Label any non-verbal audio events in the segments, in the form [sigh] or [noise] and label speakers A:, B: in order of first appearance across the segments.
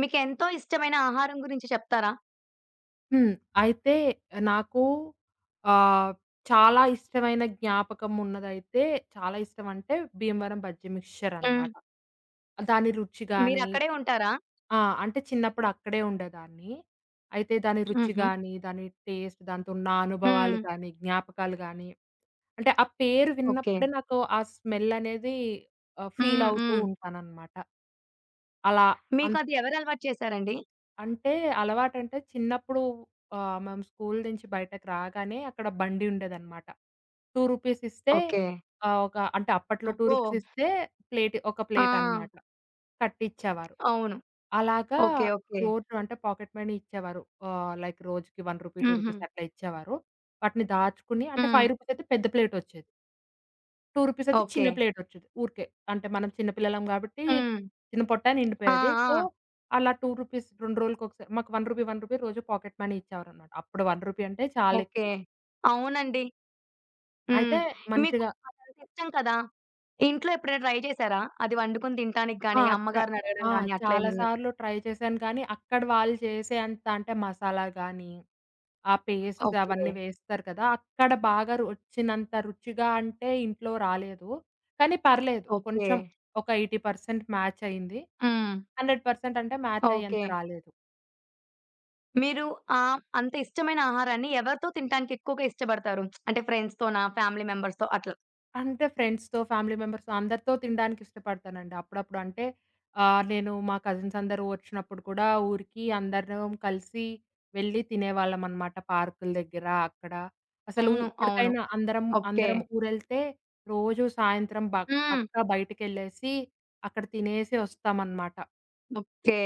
A: మీకెంతో ఇష్టమైన ఆహారం గురించి చెప్తారా?
B: హ్మ్. అయితే నాకు ఆహ్, చాలా ఇష్టమైన జ్ఞాపకం ఉన్నదైతే చాలా ఇష్టం అంటే భీమవరం బజ్జీ మిక్స్చర్
A: హ్మ్.
B: అన్నమాట. దాని రుచి గాని
A: మీరక్కడే ఉంటారా?
B: ఆ! అంటే చిన్నప్పుడు అక్కడే ఉండేదాన్ని. అయితే దాని రుచి
A: హుహు.
B: గాని, దాని టేస్ట్ దాంతో ఉన్న
A: హ్మ్.
B: అనుభవాలు గాని, జ్ఞాపకాలు గాని అంటే ఆ పేరు
A: ఓకే.
B: విన్నప్పుడే నాకు ఆ స్మెల్ అనేది ఫీల్
A: హ్మ్.
B: అవుతూ
A: హ్మ్.
B: ఉంటానన్నమాట. అలా అంత్
A: మీకది ఎవరు అలవాటు చేశారండి?
B: అంటే అలవాటంటే చిన్నప్పుడు మేము స్కూలు నుంచి బయటకి రాగానే అక్కడ బండి ఉండేదనమాట. రూ. 2 ఇస్తే
A: ఓకే.
B: ఒక అంటే అప్పట్లో రూ.
A: అబ్బో!
B: 2 ఇస్తే ప్లేట్ ఒక
A: ఆ!
B: ప్లేటనమాట. కట్టిచ్చేవారు.
A: అవును.
B: అలాగా
A: ఓకే. ఓకే.
B: రోజు అంటే పాకెట్ మనీ ఇచ్చేవారు. లైక్ రోజుకి రూ. 1, రూ.
A: హుహు.
B: 2 అట్లా ఇచ్చేవారు. వాటిని దాచుకుని అంటే రూ.
A: హ్మ్.
B: 5 అయితే పెద్ద ప్లేటొచ్చేది. రూ. 2 అయితే
A: ఓకే.
B: చిన్న ప్లేటొచ్చేది ఊరికే. అంటే మనం చిన్న పిల్లలం గాబట్టి
A: హ్మ్.
B: చిన్న పొట్ట
A: ఆ!
B: నిండిపోయేది. సో,
A: ఆ!
B: అలా రూ. 2 2 రోజులకొకసారి మాకు రూ. 1 రూ. 1 రోజు పాకెట్ మనీ ఇచ్చేవారనమాట. అప్పుడు రూ. 1 అంటే చాలా
A: ఓకే.
B: ఎక్కువ.
A: అవునండి. హ్మ్.
B: అయితే
A: మీకు
B: మంచిగా
A: అదంటే ఇష్టం కదా! ఇంట్లో ఎప్పుడైనా ట్రై చేశారా? అది వండుకొని తినటానికి
B: ఆ!
A: గాని,
B: ట్రై
A: అమ్మగారిని అడగడం
B: ఆ!
A: గాని అట్లా
B: చాలా
A: ఏమన్నా?
B: సార్లు ట్రై చేశాను కానీ, అక్కడ వాళ్ళు చేసే అంత అంటే మసాలా గాని ఆ పేస్ట్స్
A: ఓకే.
B: అవన్నీ వేస్తారు కదా! అక్కడ బాగా వచ్చినంత రుచిగా అంటే ఇంట్లో రాలేదు. కానీ పర్లేదు.
A: ఓకే.
B: కొంచెం ఒక 80% మ్యాచ్ అయింది.
A: హ్మ్.
B: 100% అంటే మ్యాచ్
A: ఓకే.
B: అయ్యేంత రాలేదు.
A: మీరు అంత ఇష్టమైన ఆహారాన్ని ఎవరితో తినటానికి ఎక్కువగా ఇష్టపడతారు? అంటే ఫ్రెండ్స్‌తోనా? ఫ్యామిలీ మెంబర్స్‌తో అట్లా?
B: అంటే ఫ్రెండ్స్‌తో, ఫ్యామిలీ మెంబర్స్‌తో అందరితో తినడానికి ఇష్టపడతానండి. అప్పుడప్పుడు అంటే నేను మా కజిన్స్ అందరూ వచ్చినప్పుడు కూడా ఊరికి అందరం కలిసి వెళ్లి తినేవాళ్ళమనమాట. పార్కుల దగ్గర అక్కడ. అసలు
A: అవును. అవును.
B: ఇప్పటికైనా అందరం
A: ఓకే.
B: అందరం ఊరెళ్తే రోజు సాయంత్రం
A: హ్మ్.
B: పక్కా బయటికెళ్ళేసి అక్కడ తినేసి వస్తామనమాట.
A: ఓకే.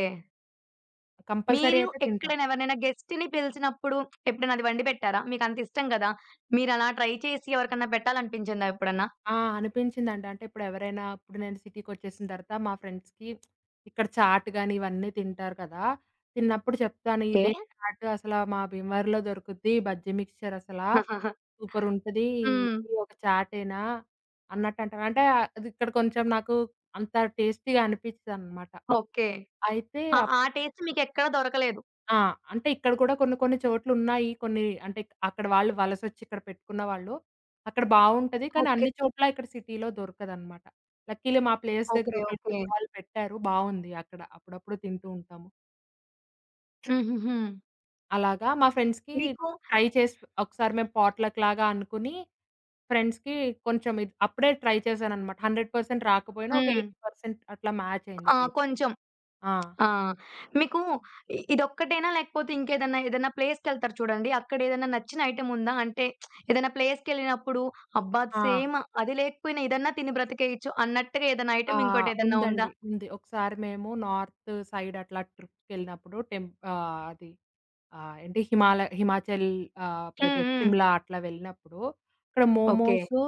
B: కంపల్సరీ
A: మీరు
B: అయితే తింటాం.
A: ఎక్కడైనా ఎవరినైనా గెస్ట్‌ని పిలిచినప్పుడు ఎప్పుడైనా అది వండి పెట్టారా? మీకంత ఇష్టం గదా! మీరలా ట్రై చేసి ఎవరికన్నా పెట్టాలనిపించిందా ఎప్పుడన్నా?
B: ఆ! అనిపించిందండి. అంటే ఇప్పుడు నేను సిటీకొచ్చేసిన తర్వాత మా ఫ్రెండ్స్‌కి ఇక్కడ చాట్ గాని ఇవన్నీ తింటారు కదా! తిన్నప్పుడు చెప్తాను.
A: ఓకే.
B: ఇదే చాట్ అసల మా భీమవరంలో దొరుకుద్ది. బజ్జీ మిక్స్చర్ అసల
A: [laughs]
B: సూపరుంటది.
A: హ్మ్.
B: ఇది ఒక చాటేనా అన్నట్టంటారు. అంటే అది ఇక్కడ కొంచెం నాకు అంత టేస్టీగా అనిపించదనమాట.
A: ఓకే.
B: అయితే
A: ఆ! ఆ
B: అప్పుడు
A: టేస్ట్
B: చెప్తాను.
A: మీకెక్కడ దొరకలేదు.
B: ఆ! అంటే ఇక్కడ కూడా కొన్ని కొన్ని చోట్లున్నాయి. కొన్ని అంటే అక్కడ వాళ్ళు వలసొచ్చి ఇక్కడ పెట్టుకున్న వాళ్ళు. అక్కడ బావుంటది. కానీ
A: ఓకే.
B: అన్ని చోట్ల ఇక్కడ సిటీలో దొరకదనమాట. లక్కీలీ మా ప్లేస్ దగ్గర
A: ఓకే.
B: ఒకళ్ళు
A: ఓకే.
B: కొత్త వాళ్ళు పెట్టారు. బావుంది అక్కడ. అప్పుడప్పుడు తింటూ ఉంటాము.
A: హుహుహు.
B: అలాగా మా ఫ్రెండ్స్‌కి
A: మీకు
B: ట్రై చేసి ఒకసారి మేము పాట్‌లక్‌లాగా అనుకుని ఫ్రెండ్స్‌కి కొంచెం ఇది అప్పుడే ట్రై చేశాననమాట. 100% రాకపోయినా ఒక
A: హ్మ్.
B: 80% అట్లా మ్యాచ్ అయింది
A: ఆ!
B: టేస్ట్.
A: కొంచెం.
B: ఆ!
A: ఆ! మీకు ఇదొక్కటేనా? లేకపోతే ఏదన్నా ప్లేస్‌కెళ్తారు చూడండి. అక్కడేదన్నా నచ్చిన ఐటెమ్ ఉందా? అంటే ఏదైనా ప్లేస్‌కెళ్ళినప్పుడు అబ్బా!
B: ఆ!
A: సేమ్ అది లేకపోయినా ఇదన్నా తిని బ్రతికేయొచ్చు అన్నట్టుగా ఏదన్నా
B: ఆ!
A: ఐటెమ్ ఇంకోటేదన్నా ఉందా?
B: ఉందండి. ఉంది. ఒకసారి మేము నార్త్ సైడ్ అట్లా ట్రిప్‌కెళ్ళినప్పుడు అది ఏంటి హిమాచల్
A: హ్మ్.
B: ప్రదేశ్
A: హ్మ్.
B: సిమ్లా అట్లా వెళ్ళినప్పుడు అక్కడ
A: ఓకే.
B: మోమోసు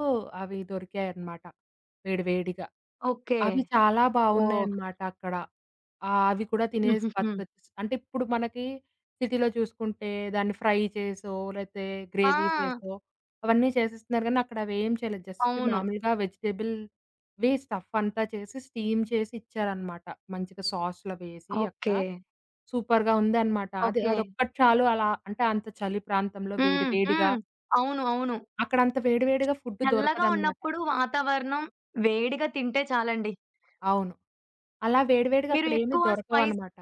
B: అవి దొరికాయన్నమాట. వేడి వేడిగా.
A: ఓకే.
B: అవి చాలా
A: ఓహ్!
B: బావున్నాయన్నమాట అక్కడ. అవి కూడా తినేసి
A: హుహుహు.
B: బతకొచ్చు. అంటే ఇప్పుడు మనకి సిటీలో చూసుకుంటే దాన్ని ఫ్రై చేసో, లేతే
A: ఆ!
B: గ్రేవీ చేసో అవన్నీ చేసేస్తున్నారు గానీ అక్కడ అవేం చేయలేదు. జస్ట్
A: అవును.
B: మామూలుగా వెజిటబుల్ వి స్టఫ్ అంతా చేసి స్టీమ్ చేసి ఇచ్చారన్నమాట. మంచిగా సాస్‌లో వేసి అక్కడ.
A: ఓకే.
B: సూపర్‌గా ఉందన్నమాట. అది
A: ఓకే.
B: అదొక్కటి చాలు అలా అంటే అంత చలి ప్రాంతంలో వేడి
A: హ్మ్.
B: వేడిగా
A: హ్మ్. అవును. అవును.
B: అక్కడంత వేడి వేడిగా ఫుడ్
A: చల్లగా
B: దొరకదన్నమాట.
A: ఉన్నప్పుడు వాతావరణం వేడిగా తింటే చాలండి.
B: అవును. అలా వేడి వేడిగా
A: మీరు
B: అక్కడేమి
A: ఎక్కువ స్పైసీ
B: దొరకవన్నమాట.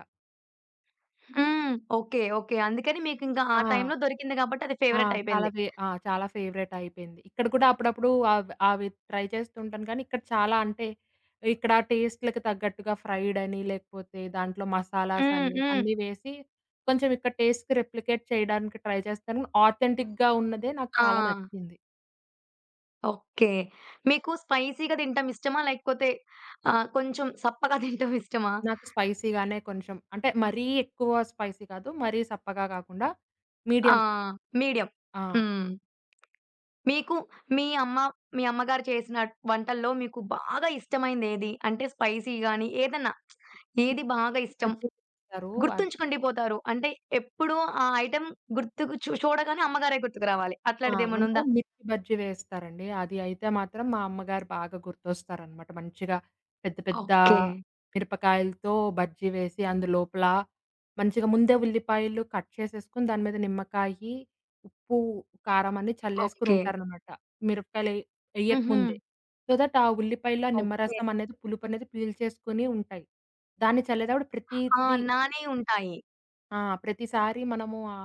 A: హ్మ్. ఓకే. ఓకే. అందుకని మీకింక ఆ
B: ఆ!
A: టైంలో దొరికింది కాబట్టి అది
B: ఆ!
A: ఫేవరెట్
B: చాలా
A: అయిపోయింది.
B: ఫే ఆ! చాలా ఫేవరెట్ అయిపోయింది. ఇక్కడ కూడా అప్పుడప్పుడు అవి ట్రై చేస్తుంటాను కానీ, ఇక్కడ చాలా అంటే ఇక్కడ టేస్ట్‌లకి తగ్గట్టుగా ఫ్రైడ్ అని, లేకపోతే దాంట్లో మసాలాస్
A: హ్మ్.
B: అని
A: హ్మ్.
B: అన్నీ వేసి కొంచెం ఇక్కడ టేస్ట్‌కి రెప్లికేట్ చేయడానికి ట్రై చేస్తాను. ఆథెంటిక్‌గా ఉన్నదే నాకు
A: ఆ!
B: చాలా నచ్చింది.
A: ఓకే. మీకు స్పైసీ‌గా తింటం ఇష్టమా? లేకపోతే కొంచెం సప్పగా [laughs] తింటం ఇష్టమా?
B: నాకు స్పైసీగానే కొంచెం అంటే మరీ ఎక్కువ స్పైసీ కాదు. మరీ సప్పగా కాకుండా
A: ఆ!
B: మీడియం.
A: మీడియం.
B: ఆ!
A: హ్మ్. మీకు మీ అమ్మ మీ అమ్మగారు చేసిన వంటల్లో మీకు బాగా ఇష్టమైందేది? అంటే స్పైసీ గాని ఏదన్నా ఏది బాగా ఇష్టం?
B: బజ్జీలు చేస్తారు. అది
A: గుర్తుంచుకుండిపోతారు. అంటే ఎప్పుడూ ఆ ఐటెమ్ గుర్తుకు చు చూడగానే అమ్మగారే గుర్తుకు రావాలి.
B: ఆ! అంటే
A: అట్లాడిదేమన్నుందా?
B: మిర్చి బజ్జీ వేస్తారండి. అది అయితే మాత్రం మా అమ్మగారు బాగా గుర్తొస్తారనమాట. మంచిగా పెద్ద పెద్ద
A: ఓకే.
B: మిరపకాయలతో బజ్జీ వేసి అందులోపల మంచిగా ముందే ఉల్లిపాయలు కట్ చేసేసుకొని దాని మీద నిమ్మకాయి, ఉప్పు, కారం అన్ని చల్లేసుకొని
A: ఓకే.
B: ఉంటారనమాట. మిరపకాయలు
A: హుహు.
B: ఎయ్యకముందే. సో దట్ ఆ ఉల్లిపాయలో
A: ఓకే.
B: నిమ్మరసం అనేది పులుపు అనేది పీల్చేసుకొని ఉంటాయి. దాన్ని చల్లేటప్పుడు
A: ఆ!
B: ప్రతీది
A: నానే ఉంటాయి.
B: ఆ! ప్రతిసారి మనము ఆ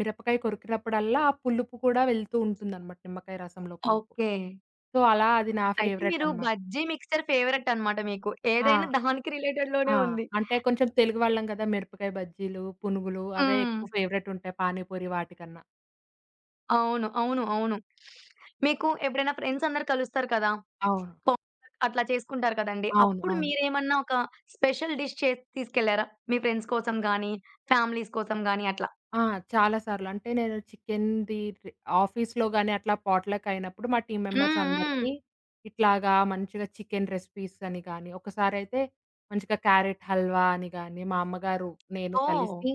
B: మిరపకాయ కొరికినప్పుడల్లా, ఆ పులుపు కూడా వెళ్తూ ఉంటుందనమాట. నిమ్మకాయ రసంలో పులుపు.
A: ఓకే.
B: సో, అలా అది నా
A: అయితే
B: ఫేవరెట్
A: మీరు
B: అనమాట.
A: బజ్జీ, మిక్స్చర్ ఫేవరెట్ అన్నమాట మీకు.
B: ఆ!
A: ఏదైనా దానికి రిలేటెడ్ లోనే
B: ఆ!
A: ఉంది.
B: అంటే కొంచెం తెలుగు వాళ్ళం కదా! మిరపకాయ బజ్జీలు, పునుగులు అవే
A: హ్మ్.
B: ఎక్కువ ఫేవరెట్ ఉంటాయి పానీపూరి వాటికన్నా.
A: అవును. అవును. అవును. మీకు ఎప్పుడైనా ఫ్రెండ్స్ అందరూ కలుస్తారు కదా!
B: అవును.
A: పొ అట్లా చేసుకుంటారు కదండీ!
B: అవును.
A: అప్పుడు
B: అవును.
A: మీరేమన్నా ఒక స్పెషల్ డిష్ చేసి తీసుకెళ్లారా? మీ ఫ్రెండ్స్ కోసం గాని, ఫ్యామిలీస్ కోసం గాని అట్లా?
B: ఆ! చాలా సార్లు. అంటే నేను చికెన్‌ది రి ఆఫీస్‌లో గాని అట్లా పాట్‌లక్ అయినప్పుడు మా టీమ్ మెంబర్స్
A: హ్మ్. హ్మ్.
B: అందరికీ ఇట్లాగా మంచిగా చికెన్ రెసిపీస్ అని గాని, ఒకసారైతే మంచిగా క్యారెట్ హల్వా అని గాని, మా అమ్మగారు, నేను
A: ఓహ్!
B: కలిసి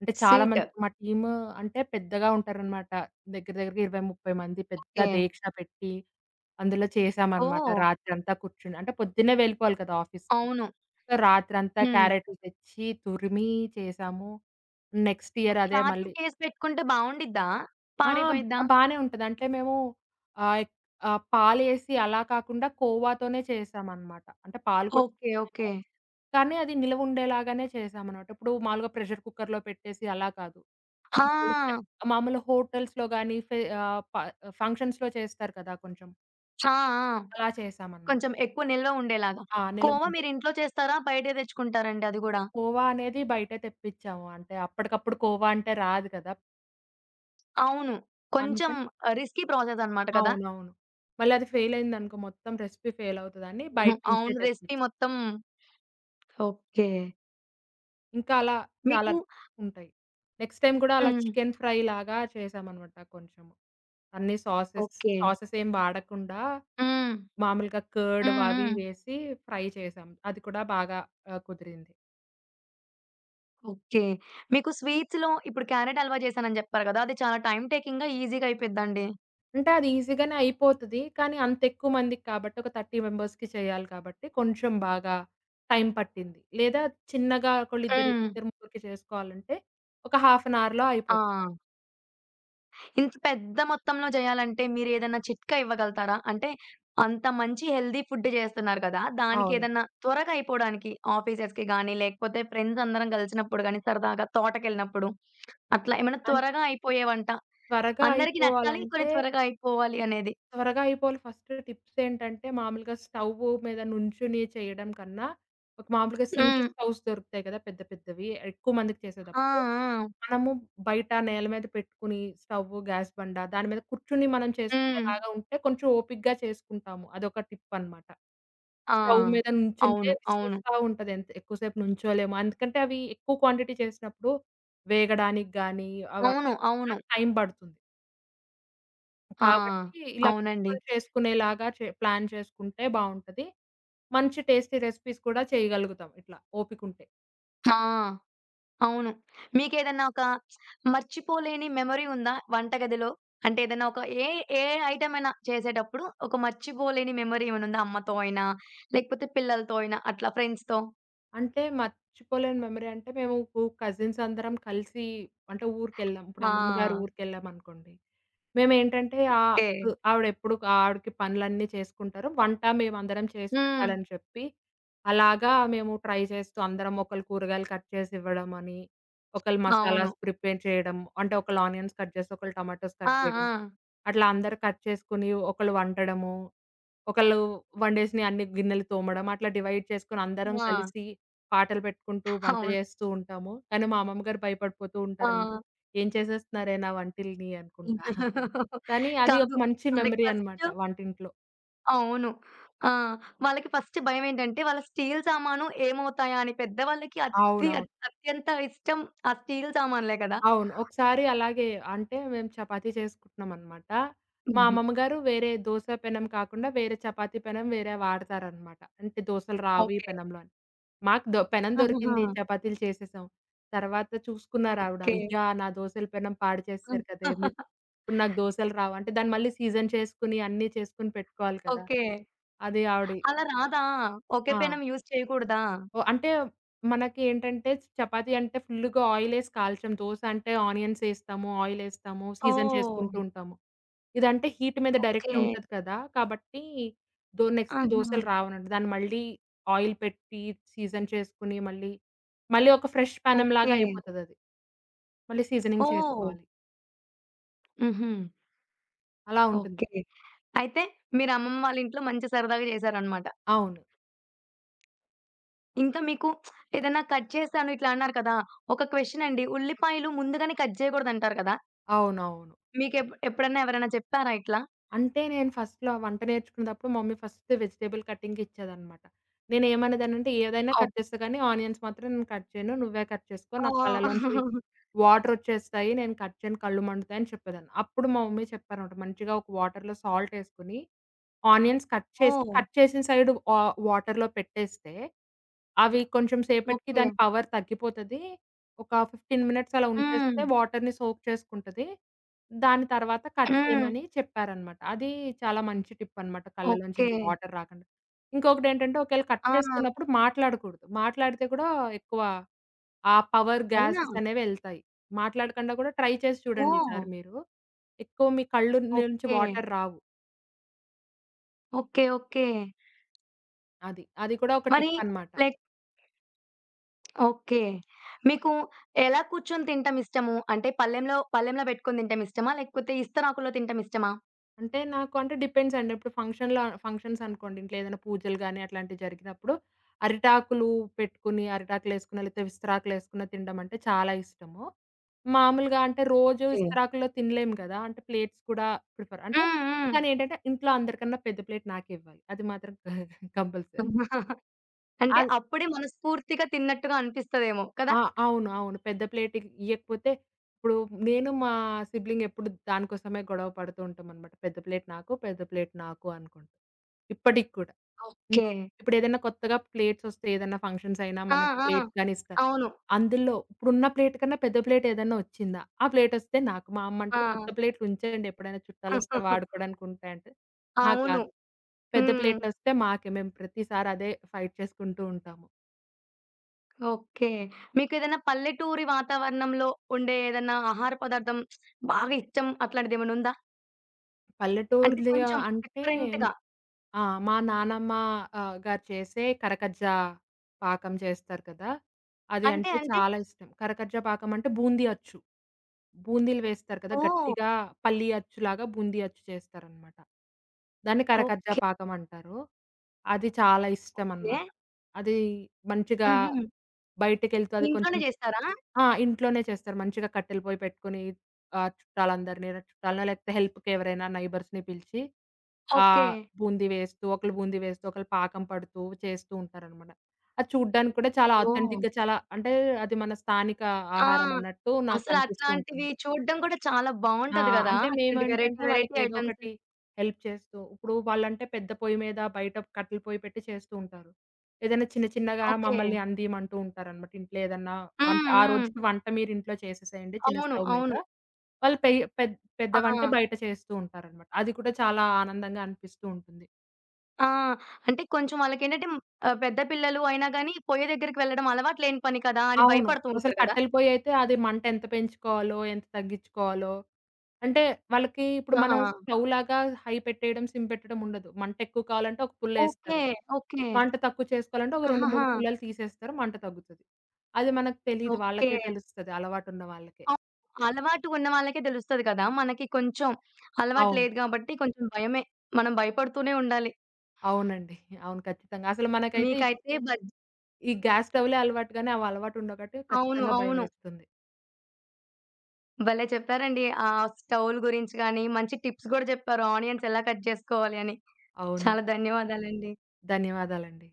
B: అంటే చాలా
A: స్వీట్.
B: మందికి మా టీమ్ అంటే పెద్దగా ఉంటారనమాట. దగ్గర దగ్గరగా 20, 30 మంది పెద్ద
A: ఓకే.
B: దీక్ష పెట్టి అందులో చేశామనమాట.
A: ఓహ్!
B: రాత్రంతా కూర్చుని అంటే పొద్దున్నే వెళ్ళిపోవాలి కదా ఆఫీస్‌కి.
A: అవును.
B: సో, రాత్రంతా
A: హ్మ్.
B: క్యారెట్లు తెచ్చి తురిమి చేశాము. నెక్స్ట్ ఇయర్ అదే
A: రాత్రి
B: మళ్ళీ.
A: చేసి పెట్టుకుంటే బావుండిద్దా?
B: ఆ!
A: పాడైపోయిద్దా?
B: బానే ఉంటది. అంటే మేము ఆహ్, ఎక్ పాలేసి అలా కాకుండా కోవాతోనే చేసామనమాట. అంటే పాలు కూడా
A: ఓకే. ఓకే.
B: చేసాము. కానీ అది నిలవుండేలాగానే చేసామనమాట. ఇప్పుడు మామూలుగా ప్రెషర్ కుక్కర్‌లో పెట్టేసి అలా కాదు.
A: ఆ!
B: మామూలుగా మామూలు హోటల్స్‌లో గాని ఫె ఆహ్, ప ఫంక్షన్స్‌లో చేస్తారు కదా! కొంచెం
A: ఆ! ఆ!
B: అలా చేసామనమాట.
A: కొంచెం ఎక్కువ నిల్వ ఉండేలాగా.
B: ఆ!
A: కోవా
B: నిలవుండేలా.
A: మీరింట్లో చేస్తారా? బయటే తెచ్చుకుంటారండి అది
B: అంటే
A: గూడా?
B: కోవా అనేది బయటే తెప్పించాము. అంటే అప్పటికప్పుడు కోవా అంటే రాదు కదా!
A: అవును. కొంచెం
B: అందుకని
A: రిస్కీ ప్రాసెస్ అన్నమాట కదా!
B: అవునవును. మళ్ళది ఫెయిలయిందనుకో మొత్తం రెసిపీ ఫెయిలవుతదండి.
A: హ్మ్.
B: బయట నుంచే
A: అవును. రెసిపీ
B: తెప్పించా.
A: మొత్తం ఓకే.
B: ఇంకా అలా చాలా
A: మీకు
B: ఉంటాయి. నెక్స్ట్ టైమ్ గూడా అలా
A: హ్మ్.
B: చికెన్ ఫ్రై లాగా చేశామనమాట కొంచెము. అన్ని సాసెస్,
A: ఓకే.
B: సాసెస్ ఏం వాడకుండా
A: హ్మ్.
B: మామూలుగా కర్డ్
A: హ్మ్.
B: అవి
A: హ్మ్.
B: వేసి ఫ్రై చేశాం. అది కూడా బాగా కుదిరింది.
A: ఓకే. మీకు స్వీట్స్‌లో ఇప్పుడు క్యారట్ హల్వా చేశానని చెప్పారు కదా! అది చాలా టైమ్ టేకింగ్‌గా, ఈజీ‌గా అయిపోద్దండి.
B: అంటే అది ఈజీగానే అయిపోతది. కానీ అంత ఎక్కువ మందికి కాబట్టి ఒక 30 మెంబర్స్‌కి చేయాలి కాబట్టి కొంచెం బాగా టైం పట్టింది. లేదా చిన్నగా ఒకళ్ళిద్దరు
A: హ్మ్.
B: ఇద్దరు ముగ్గురికి చేసుకోవాలంటే ఒక హాఫ్ అన్ అవర్‌లో
A: ఆ!
B: అయిపోతది.
A: ఇంత పెద్ద మొత్తంలో జేయాలంటే మీరేదన్నా చిట్కా ఇవ్వగలుగుతారా? అంటే అంత మంచి హెల్తీ ఫుడ్ జేస్తున్నారు కదా!
B: అవునవును.
A: దానికేదన్నా త్వరగా అయిపోవడానికి ఆఫీసర్స్‌కి గానీ, లేకపోతే ఫ్రెండ్స్ అందరం కలిసినప్పుడు గానీ, సరదాగా తోటకెళ్ళినప్పుడు అట్లా ఏమైనా
B: అండ్
A: త్వరగా అయిపోయే వంట
B: త్వరగా
A: అందరికీ నచ్చాలి. కొన్ని
B: అయిపోవాలంటే
A: త్వరగా అయిపోవాలి
B: టిప్
A: అనేది.
B: త్వరగా అయిపోవాలి ఫస్ట్ టిప్స్ ఏంటంటే మామూలుగా స్టవ్ మీద నుంచుని చేయడం కన్నా ఒక మామూలుగా
A: హ్మ్.
B: సింగిల్ స్టవ్స్ దొరుకుతాయి కదా! పెద్ద పెద్దవి ఎక్కువ మందికి
A: ఆ!
B: చేసేటప్పుడు
A: ఆ!
B: మనము బయట నేల మీద పెట్టుకొని స్టవ్వు, గ్యాస్ బండ దాని మీద కూర్చొని మనం
A: హ్మ్.
B: చేసుకునేలాగా ఉంటే కొంచెం ఓపికగా చేసుకుంటాము. అదొక టిప్ అనమాట.
A: ఆ!
B: స్టవ్ మీద నుంచుంటే
A: అవును. అవును.
B: విసుగొస్తా ఉంటది. ఎంత ఎక్కువసేపు నుంచోలేము. ఎందుకంటే అవి ఎక్కువ క్వాంటిటీ చేసినప్పుడు వేగడానికి గానీ,
A: అవును.
B: అవన్నిటికి
A: అవును.
B: కూడా టైం పడుతుంది.
A: ఆ!
B: కాబట్టి ఇలా
A: అవునండి.
B: కూర్చొని చేసుకునేలాగా ప్లాన్ చేసుకుంటే బావుంటది. మంచి టేస్టీ రెసిపీస్ కూడా చేయగలుగుతాం ఇట్లా ఓపికుంటే.
A: ఆ! అవును. మీకేదన్నా ఒక మర్చిపోలేని మెమరీ ఉందా వంటగదిలో? అంటే ఏదైనా ఒక ఏ ఏ ఐటెమ్ అయినా చేసేటప్పుడు ఒక మర్చిపోలేని మెమరీ ఏమైనా ఉందా? అమ్మతో అయినా, లేకపోతే పిల్లలతో అయినా అట్లా ఫ్రెండ్స్‌తో?
B: అంటే మర్చిపోలేని మెమరీ అంటే మేము కజిన్స్ అందరం కలిసి అంటే ఊరికెళ్ళాం. ఇప్పుడు అమ్మమ్మ గారి
A: ఆ!
B: ఊరికెళ్ళామనుకోండి. మేమేంటంటే ఆహ్,
A: ఓకే.
B: ఉ ఆవిడెప్పుడు ఆవిడకి పనులన్నీ చేసుకుంటారు. వంట మేమందరం చేసి
A: హ్మ్.
B: పెట్టాలని చెప్పి, అలాగా మేము ట్రై చేస్తూ అందరం ఒకళ్ళు కూరగాయలు కట్ చేసి ఇవ్వడం అని, ఒకళ్ళు
A: అవును.
B: మసాలాస్ ప్రిపేర్ చేయడం. అంటే ఒకళ్ళు ఆనియన్స్ కట్ చేసి, ఒకళ్ళు టమాటోస్
A: ఆ!
B: కట్
A: ఆ!
B: చేయడం. అట్లా అందరూ కట్ చేసుకొని ఒకళ్ళు వండడము. ఒకళ్ళు వండేసినయి అన్ని గిన్నెలు తోమడం, అట్లా డివైడ్ చేసుకొని అందరం
A: ఆ!
B: కలిసి పాటలు పెట్టుకుంటూ వంట
A: అవును.
B: జేస్తూ ఉంటాము. కానీ మా అమ్మమ్మ గారు భయపడిపోతూ ఉంటారనమాట.
A: ఆ!
B: "ఏం చేసేస్తున్నారే నా వంటిల్ని" అనుకుంటా.
A: [laughs]
B: కానీ అది ఒక
A: కాదు.
B: మంచి
A: వాళ్ళకి
B: మెమరీ అనమాట
A: ఫస్ట్
B: వంటింట్లో.
A: అవును. ఆ! వాళ్ళకి ఫస్ట్ భయమేంటంటే, వాళ్ళ స్టీల్ సామాను ఏమవుతాయా అని. పెద్దవాళ్ళకి అతి
B: అవునవును.
A: అత్ అత్యంత ఇష్టం ఆ స్టీల్ సామాన్లే కదా!
B: అవును. ఒకసారి అలాగే అంటే మేము చపాతీ చేసుకుంటున్నామనమాట. మా
A: హుహు.
B: అమ్మమ్మ గారు వేరే దోస పెనం కాకుండా వేరే చపాతీ పెనం వేరే వాడతారనమాట. అంటే దోసలు రావు ఈ
A: ఓకే.
B: పెనంలో అని. మాకు పెనం
A: ఆహాహా!
B: దొరికింది చపాతీలు చేసేసాం. తర్వాత చూసుకున్నారావిడ.
A: ఓకే.
B: అయ్యా! నా దోసల పెనం పాడు
A: హ్మ్.
B: చేసేసారు కదే! మీరు ఇప్పుడు నాకు దోసలు రావు. అంటే దాన్ని మళ్ళీ సీజన్ చేసుకొని అన్నీ చేసుకొని పెట్టుకోవాలి కదా!
A: ఓకే.
B: అది ఆవిడ
A: అలా రాదా? ఒకే
B: ఆ!
A: పెనం యూజ్ చేయకూడదా?
B: ఓహ్! అంటే మనకి ఏంటంటే చపాతీ అంటే ఫుల్‌గా ఆయిలేసి కాల్చాం. దోస అంటే ఆనియన్స్ ఏస్తాము, ఆయిలేస్తాము, సీజన్
A: ఓహ్!
B: చేసుకుంటూ ఉంటాము. ఇదంటే హీట్ మీద డైరెక్ట్
A: ఓకే.
B: ఉంటది కదా! కాబట్టి నెక్స్ట్
A: ఆహా!
B: దోసలు రావనండి. దాన్ని మళ్ళీ ఆయిల్ పెట్టి సీజన్ చేసుకొని మళ్ళీ, మళ్ళీ ఒక ఫ్రెష్
A: ఓకే.
B: పానంలాగా అయిపోతదది. మళ్ళీ సీజనింగ్
A: ఓహ్!
B: చేసుకోవాలి.
A: హుహు.
B: అలా ఉంటుంది.
A: ఓకే. అయితే మీరు అమ్మమ్మ వాళ్ళ ఇంట్లో మంచి సరదాగా చేశారనమాట.
B: అవును.
A: ఇంకా మీకు ఏదన్నా కట్ చేశాను ఇట్లా అన్నారు కదా! ఒక క్వెషన్ అండి. ఉల్లిపాయలు ముందుగానే కట్ చేయకూడదంటారు కదా!
B: అవునవును.
A: ఎప్పుడన్నా ఎవరైనా చెప్పారా ఇట్లా?
B: అంటే నేను ఫస్ట్‌లో వంట నేర్చుకునేటప్పుడు మమ్మీ ఫస్ట్ వెజిటబుల్ కటింగ్ ఇచ్చేదన్నమాట. నేనేమనేదాన్నంటే ఏదైనా
A: అవ్
B: కట్ చేస్తా గానీ ఆనియన్స్ మాత్రం నేను కట్ చేయను. నువ్వే కట్ చేసుకో. నాకు
A: ఆ!
B: కళ్ళలోంచి
A: [laughs]
B: వాటరొచ్చేస్తాయి. నేను కట్ చేయను కళ్ళు మండుతాయని చెప్పేదాన్ని. అప్పుడు మా మమ్మీ చెప్పారన్నమాట. మంచిగా ఒక వాటర్‌లో సాల్ట్ ఏసుకొని ఆనియన్స్ కట్ చేసి,
A: ఓహ్!
B: కట్ చేసిన సైడు ఆ వాటర్‌లో పెట్టేస్తే, అవి కొంచెం సేపటికి
A: ఓకే.
B: దాని పవర్ తగ్గిపోతది. ఒక 15 మినిట్స్ అలా
A: హ్మ్.
B: ఉంచేస్తే వాటర్‌ని సోక్ చేసుకుంటది. దాని తర్వాత కట్
A: హ్మ్.
B: చేయమని చెప్పారనమాట. అది చాలా మంచి టిప్ అనమాట. కళ్ళలోంచి
A: ఓకే.
B: ఇంక వాటర్ రాకుండా. ఇంకొకటేంటంటే ఒకవేళ కట్
A: ఆ!
B: చేస్తున్నప్పుడు మాట్లాడకూడదు. మాట్లాడితే కూడా ఎక్కువ ఆ పవర్
A: అవునా?
B: గ్యాసెస్ అనేవెళ్తాయి. మాట్లాడకుండా కూడా ట్రై చేసి చూడండి
A: ఓహ్!
B: ఈసారి మీరు. ఎక్కువ మీ కళ్ళు నుంచి
A: ఓకే.
B: వాటర్ రావు.
A: ఓకే. ఓకే.
B: అది. అది కూడా ఒక
A: మరి
B: టిప్పనమాట.
A: Like okay. మీకు ఎలా కూర్చొని తింటం ఇష్టము? అంటే పళ్ళెంలో పళ్ళెంలో పెట్టుకొని తింటం ఇష్టమా? లేకపోతే ఇస్తరాకులో తింటం ఇష్టమా?
B: అంటే నాకు అంటే డిపెండ్స్ అండి. ఇప్పుడు ఫంక్షన్స్ అనుకోండి. ఇంట్లో ఏదైనా పూజలు గాని అట్లాంటివి జరిగినప్పుడు అరిటాకులు పెట్టుకుని, అరిటాకులేసుకున్న లేకపోతే విస్తరాకులేసుకున్న తినడం అంటే చాలా ఇష్టము. మామూలుగా అంటే రోజు
A: ఓకే.
B: విస్తరాకుల్లో తినలేము కదా! అంటే ప్లేట్స్ కూడా ప్రిఫర్ అంటే
A: హ్మ్. హ్మ్.
B: తనేంటంటే ఇంట్లో అందరికన్నా పెద్ద ప్లేట్ నాకే ఇవ్వాలి. అది మాత్రం [laughs] కంపల్సరీ.
A: [laughs] అంటే
B: అది
A: అప్పుడే మనస్ఫూర్తిగా తిన్నట్టుగా అనిపిస్తదేమో కదా!
B: ఆ! అవును. అవును. పెద్ద ప్లేట్ ఇయ్యకపోతే ఇప్పుడు నేను మా సిబ్లింగ్ ఎప్పుడు దానికోసమే గొడవ పడుతూ ఉంటామనమాట. పెద్ద ప్లేట్ నాకు, పెద్ద ప్లేట్ నాకు అనుకుంటూ. ఇప్పటికి కూడా. హ్మ్.
A: ఓకే.
B: ఇప్పుడేదైనా కొత్తగా ప్లేట్స్ వస్తే ఏదైనా ఫంక్షన్స్ అయినా
A: ఆ!
B: మనకి
A: ఆ!
B: ప్లేట్స్ గాని ఇస్తారు.
A: అవును.
B: అందులో ఇప్పుడున్న ప్లేట్ కన్నా పెద్ద ప్లేట్ ఏదైనా వచ్చిందా? ఆ ప్లేట్ వస్తే నాకు. మా అమ్మ
A: ఆ!
B: అంటది "కొత్త ప్లేట్లు ఉంచేయండి ఎప్పుడైనా చుట్టాలొస్తే
A: [laughs]
B: వాడుకోవడానికి ఉంటాయి" అంటది. అహా!
A: అవును.
B: కాదు. పెద్ద
A: హ్మ్.
B: ప్లేట్లొస్తే మాకే. మేము ప్రతిసారి అదే ఫైట్ చేసుకుంటూ ఉంటాము.
A: ఓకే. మీకేదైనా పల్లెటూరి వాతావరణంలో ఉండే ఏదన్నా ఆహార పదార్థం బాగా ఇష్టం అట్లాంటిదేమన్నా ఉందా? అంటే
B: పల్లెటూర్ల
A: కొంచెం
B: అంటే
A: డిఫరెంట్‌గా
B: ఆ! మా నానమ్మ గారు చేసే కరకజ్జా పాకం చేస్తారు కదా! అది
A: అంటే
B: అంటే
A: అంటే
B: చాలా ఇష్టం. కరకజ్జా పాకం అంటే బూందీ అచ్చు. బూందీలు వేస్తారు కదా!
A: ఓహ్!
B: గట్టిగా పల్లి అచ్చులాగా బూందీ అచ్చు చేస్తారనమాట. దాన్ని కరకజ్జా
A: ఓకే.
B: పాకం అంటారు. అది చాలా
A: ఓకే.
B: ఇష్టమనమాట. అది మంచిగా
A: హుహు.
B: బయటికెళ్తూ అది కొంచెం
A: ఇంట్లోనే చేస్తారా?
B: ఆ! ఇంట్లోనే చేస్తారు. మంచిగా కట్టెల పొయ్యి పెట్టుకొని చుట్టాలందరిని చుట్టాలనో లేకపోతే హెల్ప్‌కెవరైనా నైబర్స్‌ని పిలిచి
A: ఓకే.
B: ఆహ్, బూందీ వేస్తూ, ఒకళ్ళు బూందీ వేస్తూ, ఒకళ్ళు పాకం పడుతూ చేస్తూ ఉంటారనమాట. అది చూడ్డానికి కూడా చాలా
A: ఓహ్!
B: ఆథెంటిక్‌గా చాలా అంటే అది మన స్థానిక
A: ఆ!
B: ఆహారం అన్నట్టు నాకు
A: అసలు
B: అనిపిస్తూ
A: అట్లాంటివి
B: ఉంటుంది.
A: చూడడం కూడా చాలా
B: ఆ!
A: బావుంటది గదా!
B: అంటే
A: అట్లాంటి వెరైటీ,
B: మేమేంటంటే
A: వెరైటీ
B: వాళ్ళకేదో
A: ఐటెమ్స్.
B: ఒకటి హెల్ప్ చేస్తూ ఇప్పుడు వాళ్ళంటే పెద్ద పొయ్యి మీద బయట కట్టెల పొయ్యి పెట్టి చేస్తూ ఉంటారు. ఏదైనా చిన్న చిన్నగా
A: ఓకే.
B: మమ్మల్ని అందియమంటూ ఉంటారనమాట. ఇంట్లో ఏదన్నా
A: హ్మ్.
B: అంటే ఆ
A: హ్మ్.
B: రోజుకి వంట మీరింట్లో చేసేసేయండి చిన్న
A: అవును.
B: స్టవ్ మీద.
A: అవును.
B: వాళ్ళు పెయ్య పెద్ పెద్ద
A: ఆ!
B: వంట బయట చేస్తూ ఉంటారనమాట. అది కూడా చాలా ఆనందంగా అనిపిస్తూ ఉంటుంది.
A: ఆ! అంటే కొంచెం వాళ్ళకేంటంటే పెద్ద పిల్లలు అయినా గాని పొయ్య దగ్గరికి వెళ్ళడం అలవాటు లేని పని కదా! అని
B: అవును.
A: భయపడుతూ
B: అసలు
A: ఉంటారు కదా!
B: కట్టెల పొయ్యయితే అది మంట ఎంత పెంచుకోవాలో, ఎంత తగ్గించుకోవాలో, అంటే వాళ్ళకి ఇప్పుడు
A: ఆ!
B: మన స్టవ్‌లాగా హై పెట్టేయడం, సిమ్ పెట్టడం ఉండదు. మంట ఎక్కువ కావాలంటే ఒక
A: ఓకే.
B: పుల్లేస్తారు.
A: ఓకే.
B: మంట తక్కువ చేసుకోవాలంటే ఒక 2,
A: ఆహాహా!
B: 3 పుల్లలు తీసేస్తారు. మంట తగ్గుతది. అది మనకు తెలీదు.
A: ఓకే.
B: వాళ్ళకే తెలుస్తది అలవాటున్న వాళ్ళకే.
A: అవును. అలవాటు ఉన్న వాళ్ళకే తెలుస్తది కదా! మనకి కొంచెం అలవాటు
B: అవును.
A: లేదు కాబట్టి కొంచెం భయమే. మనం భయపడుతూనే ఉండాలి.
B: అవునండి. అవును. ఖచ్చితంగా. అసలు మనకైతే
A: మీకైతే బజ్
B: ఈ గ్యాస్ స్టవ్‌లే అలవాటు గానీ, అవి అలవాటుండవు కాబట్టి
A: అవును.
B: ఖచ్చితంగా
A: అవును.
B: భయమేస్తుంది.
A: భలే చెప్పారండి. ఆ స్టవ్‌ల గురించి గాని, మంచి టిప్స్ గూడా చెప్పారు. ఆనియన్స్ ఎలా కట్ చేసుకోవాలి అని.
B: అవును.
A: చాలా ధన్యవాదాలండి.
B: ధన్యవాదాలండి.